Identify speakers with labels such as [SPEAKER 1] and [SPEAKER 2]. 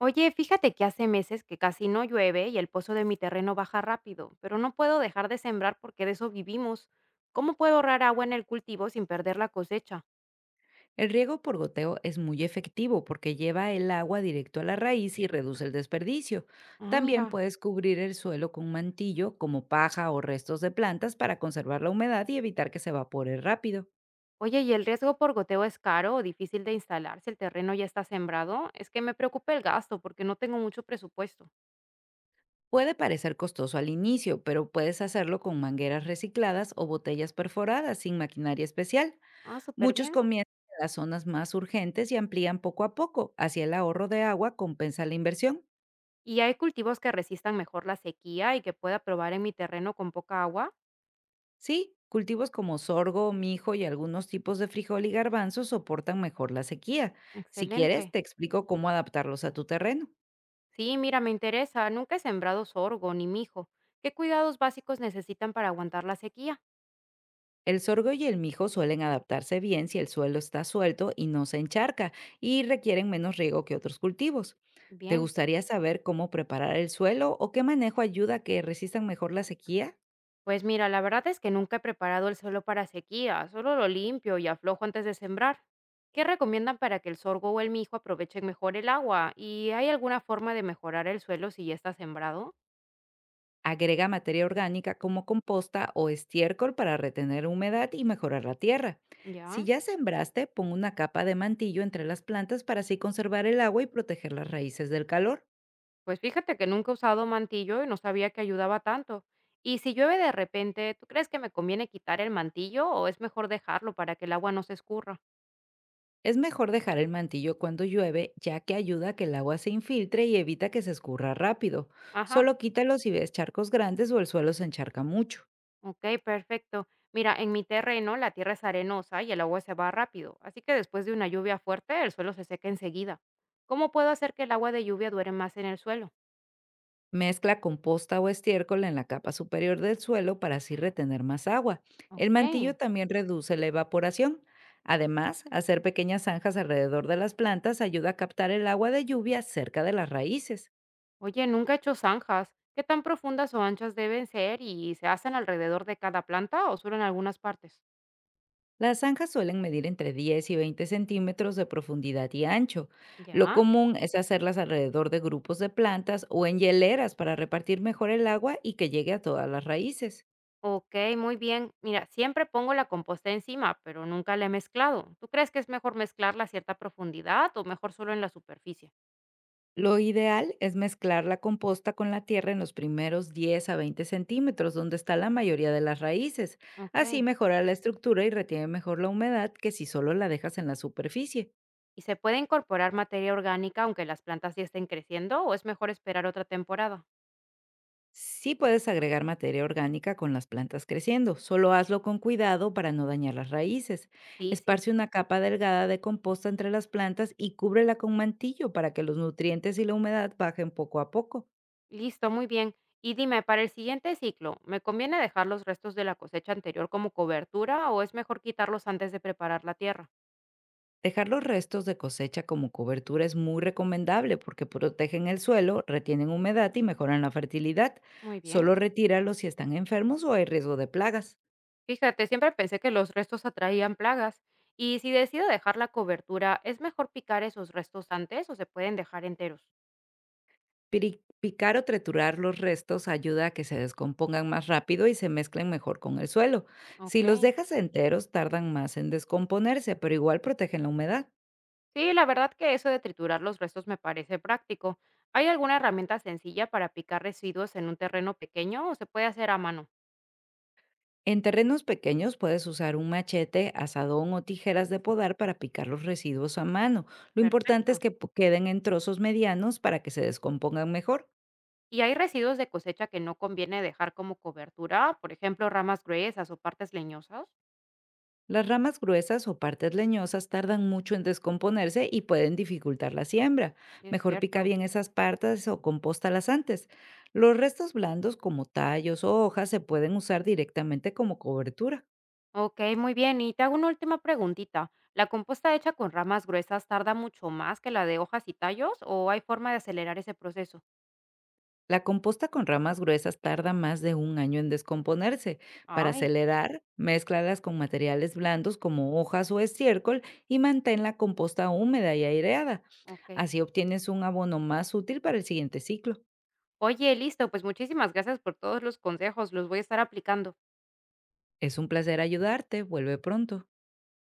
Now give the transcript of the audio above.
[SPEAKER 1] Oye, fíjate que hace meses que casi no llueve y el pozo de mi terreno baja rápido, pero no puedo dejar de sembrar porque de eso vivimos. ¿Cómo puedo ahorrar agua en el cultivo sin perder la cosecha?
[SPEAKER 2] El riego por goteo es muy efectivo porque lleva el agua directo a la raíz y reduce el desperdicio.
[SPEAKER 1] Ah,
[SPEAKER 2] También
[SPEAKER 1] mira.
[SPEAKER 2] puedes cubrir el suelo con un mantillo como paja o restos de plantas para conservar la humedad y evitar que se evapore rápido.
[SPEAKER 1] Oye, ¿y el riesgo por goteo es caro o difícil de instalar si el terreno ya está sembrado? Es que me preocupa el gasto porque no tengo mucho presupuesto.
[SPEAKER 2] Puede parecer costoso al inicio, pero puedes hacerlo con mangueras recicladas o botellas perforadas sin maquinaria especial.
[SPEAKER 1] Ah, súper
[SPEAKER 2] Muchos
[SPEAKER 1] bien.
[SPEAKER 2] comienzan en las zonas más urgentes y amplían poco a poco. Así el ahorro de agua compensa la inversión.
[SPEAKER 1] ¿Y hay cultivos que resistan mejor la sequía y que pueda probar en mi terreno con poca agua?
[SPEAKER 2] Sí, cultivos como sorgo, mijo y algunos tipos de frijol y garbanzo soportan mejor la sequía. Si quieres,
[SPEAKER 1] Excelente.
[SPEAKER 2] te explico cómo adaptarlos a tu terreno.
[SPEAKER 1] Sí, mira, me interesa. Nunca he sembrado sorgo ni mijo. ¿Qué cuidados básicos necesitan para aguantar la sequía?
[SPEAKER 2] El sorgo y el mijo suelen adaptarse bien si el suelo está suelto y no se encharca y requieren menos riego que otros cultivos. ¿Te
[SPEAKER 1] Bien.
[SPEAKER 2] gustaría saber cómo preparar el suelo o qué manejo ayuda a que resistan mejor la sequía?
[SPEAKER 1] Pues mira, la verdad es que nunca he preparado el suelo para sequía, solo lo limpio y aflojo antes de sembrar. ¿Qué recomiendan para que el sorgo o el mijo aprovechen mejor el agua? ¿Y hay alguna forma de mejorar el suelo si ya está sembrado?
[SPEAKER 2] Agrega materia orgánica como composta o estiércol para retener humedad y mejorar la tierra. Si
[SPEAKER 1] Ya.
[SPEAKER 2] ya sembraste, pon una capa de mantillo entre las plantas para así conservar el agua y proteger las raíces del calor.
[SPEAKER 1] Pues fíjate que nunca he usado mantillo y no sabía que ayudaba tanto. Y si llueve de repente, ¿tú crees que me conviene quitar el mantillo o es mejor dejarlo para que el agua no se escurra?
[SPEAKER 2] Es mejor dejar el mantillo cuando llueve, ya que ayuda a que el agua se infiltre y evita que se escurra rápido.
[SPEAKER 1] Ajá.
[SPEAKER 2] Solo quítalo si ves charcos grandes o el suelo se encharca mucho.
[SPEAKER 1] Ok, perfecto. Mira, en mi terreno la tierra es arenosa y el agua se va rápido, así que después de una lluvia fuerte el suelo se seca enseguida. ¿Cómo puedo hacer que el agua de lluvia dure más en el suelo?
[SPEAKER 2] Mezcla composta o estiércol en la capa superior del suelo para así retener más agua. El mantillo
[SPEAKER 1] Ok.
[SPEAKER 2] también reduce la evaporación. Además, hacer pequeñas zanjas alrededor de las plantas ayuda a captar el agua de lluvia cerca de las raíces.
[SPEAKER 1] Oye, nunca he hecho zanjas. ¿Qué tan profundas o anchas deben ser y se hacen alrededor de cada planta o solo en algunas partes?
[SPEAKER 2] Las zanjas suelen medir entre 10 y 20 centímetros de profundidad y ancho. Lo
[SPEAKER 1] Ya.
[SPEAKER 2] común es hacerlas alrededor de grupos de plantas o en hieleras para repartir mejor el agua y que llegue a todas las raíces.
[SPEAKER 1] Ok, muy bien. Mira, siempre pongo la composta encima, pero nunca la he mezclado. ¿Tú crees que es mejor mezclarla a cierta profundidad o mejor solo en la superficie?
[SPEAKER 2] Lo ideal es mezclar la composta con la tierra en los primeros 10 a 20 centímetros, donde está la mayoría de las raíces. Así
[SPEAKER 1] Ok.
[SPEAKER 2] mejora la estructura y retiene mejor la humedad que si solo la dejas en la superficie.
[SPEAKER 1] ¿Y se puede incorporar materia orgánica aunque las plantas ya estén creciendo o es mejor esperar otra temporada?
[SPEAKER 2] Sí puedes agregar materia orgánica con las plantas creciendo, solo hazlo con cuidado para no dañar las raíces.
[SPEAKER 1] Sí, sí.
[SPEAKER 2] Esparce una capa delgada de composta entre las plantas y cúbrela con mantillo para que los nutrientes y la humedad bajen poco a poco.
[SPEAKER 1] Listo, muy bien. Y dime, para el siguiente ciclo, ¿me conviene dejar los restos de la cosecha anterior como cobertura o es mejor quitarlos antes de preparar la tierra?
[SPEAKER 2] Dejar los restos de cosecha como cobertura es muy recomendable porque protegen el suelo, retienen humedad y mejoran la fertilidad.
[SPEAKER 1] Muy bien.
[SPEAKER 2] Solo retíralos si están enfermos o hay riesgo de plagas.
[SPEAKER 1] Fíjate, siempre pensé que los restos atraían plagas. Y si decido dejar la cobertura, ¿es mejor picar esos restos antes o se pueden dejar enteros?
[SPEAKER 2] Picar o triturar los restos ayuda a que se descompongan más rápido y se mezclen mejor con el suelo. Si
[SPEAKER 1] Ok.
[SPEAKER 2] los dejas enteros, tardan más en descomponerse, pero igual protegen la humedad.
[SPEAKER 1] Sí, la verdad que eso de triturar los restos me parece práctico. ¿Hay alguna herramienta sencilla para picar residuos en un terreno pequeño o se puede hacer a mano?
[SPEAKER 2] En terrenos pequeños puedes usar un machete, asadón o tijeras de podar para picar los residuos a mano. Lo importante es
[SPEAKER 1] Perfecto.
[SPEAKER 2] que queden en trozos medianos para que se descompongan mejor.
[SPEAKER 1] ¿Y hay residuos de cosecha que no conviene dejar como cobertura? Por ejemplo, ramas gruesas o partes leñosas.
[SPEAKER 2] Las ramas gruesas o partes leñosas tardan mucho en descomponerse y pueden dificultar la siembra.
[SPEAKER 1] Sí, es
[SPEAKER 2] Mejor pica
[SPEAKER 1] cierto.
[SPEAKER 2] bien esas partes o compóstalas antes. Los restos blandos como tallos o hojas se pueden usar directamente como cobertura.
[SPEAKER 1] Ok, muy bien. Y te hago una última preguntita. ¿La composta hecha con ramas gruesas tarda mucho más que la de hojas y tallos o hay forma de acelerar ese proceso?
[SPEAKER 2] La composta con ramas gruesas tarda más de un año en descomponerse. Para
[SPEAKER 1] Ay,
[SPEAKER 2] acelerar, mézclalas con materiales blandos como hojas o estiércol y mantén la composta húmeda y aireada.
[SPEAKER 1] ok.
[SPEAKER 2] Así obtienes un abono más útil para el siguiente ciclo.
[SPEAKER 1] Oye, listo, pues muchísimas gracias por todos los consejos, los voy a estar aplicando.
[SPEAKER 2] Es un placer ayudarte. Vuelve pronto.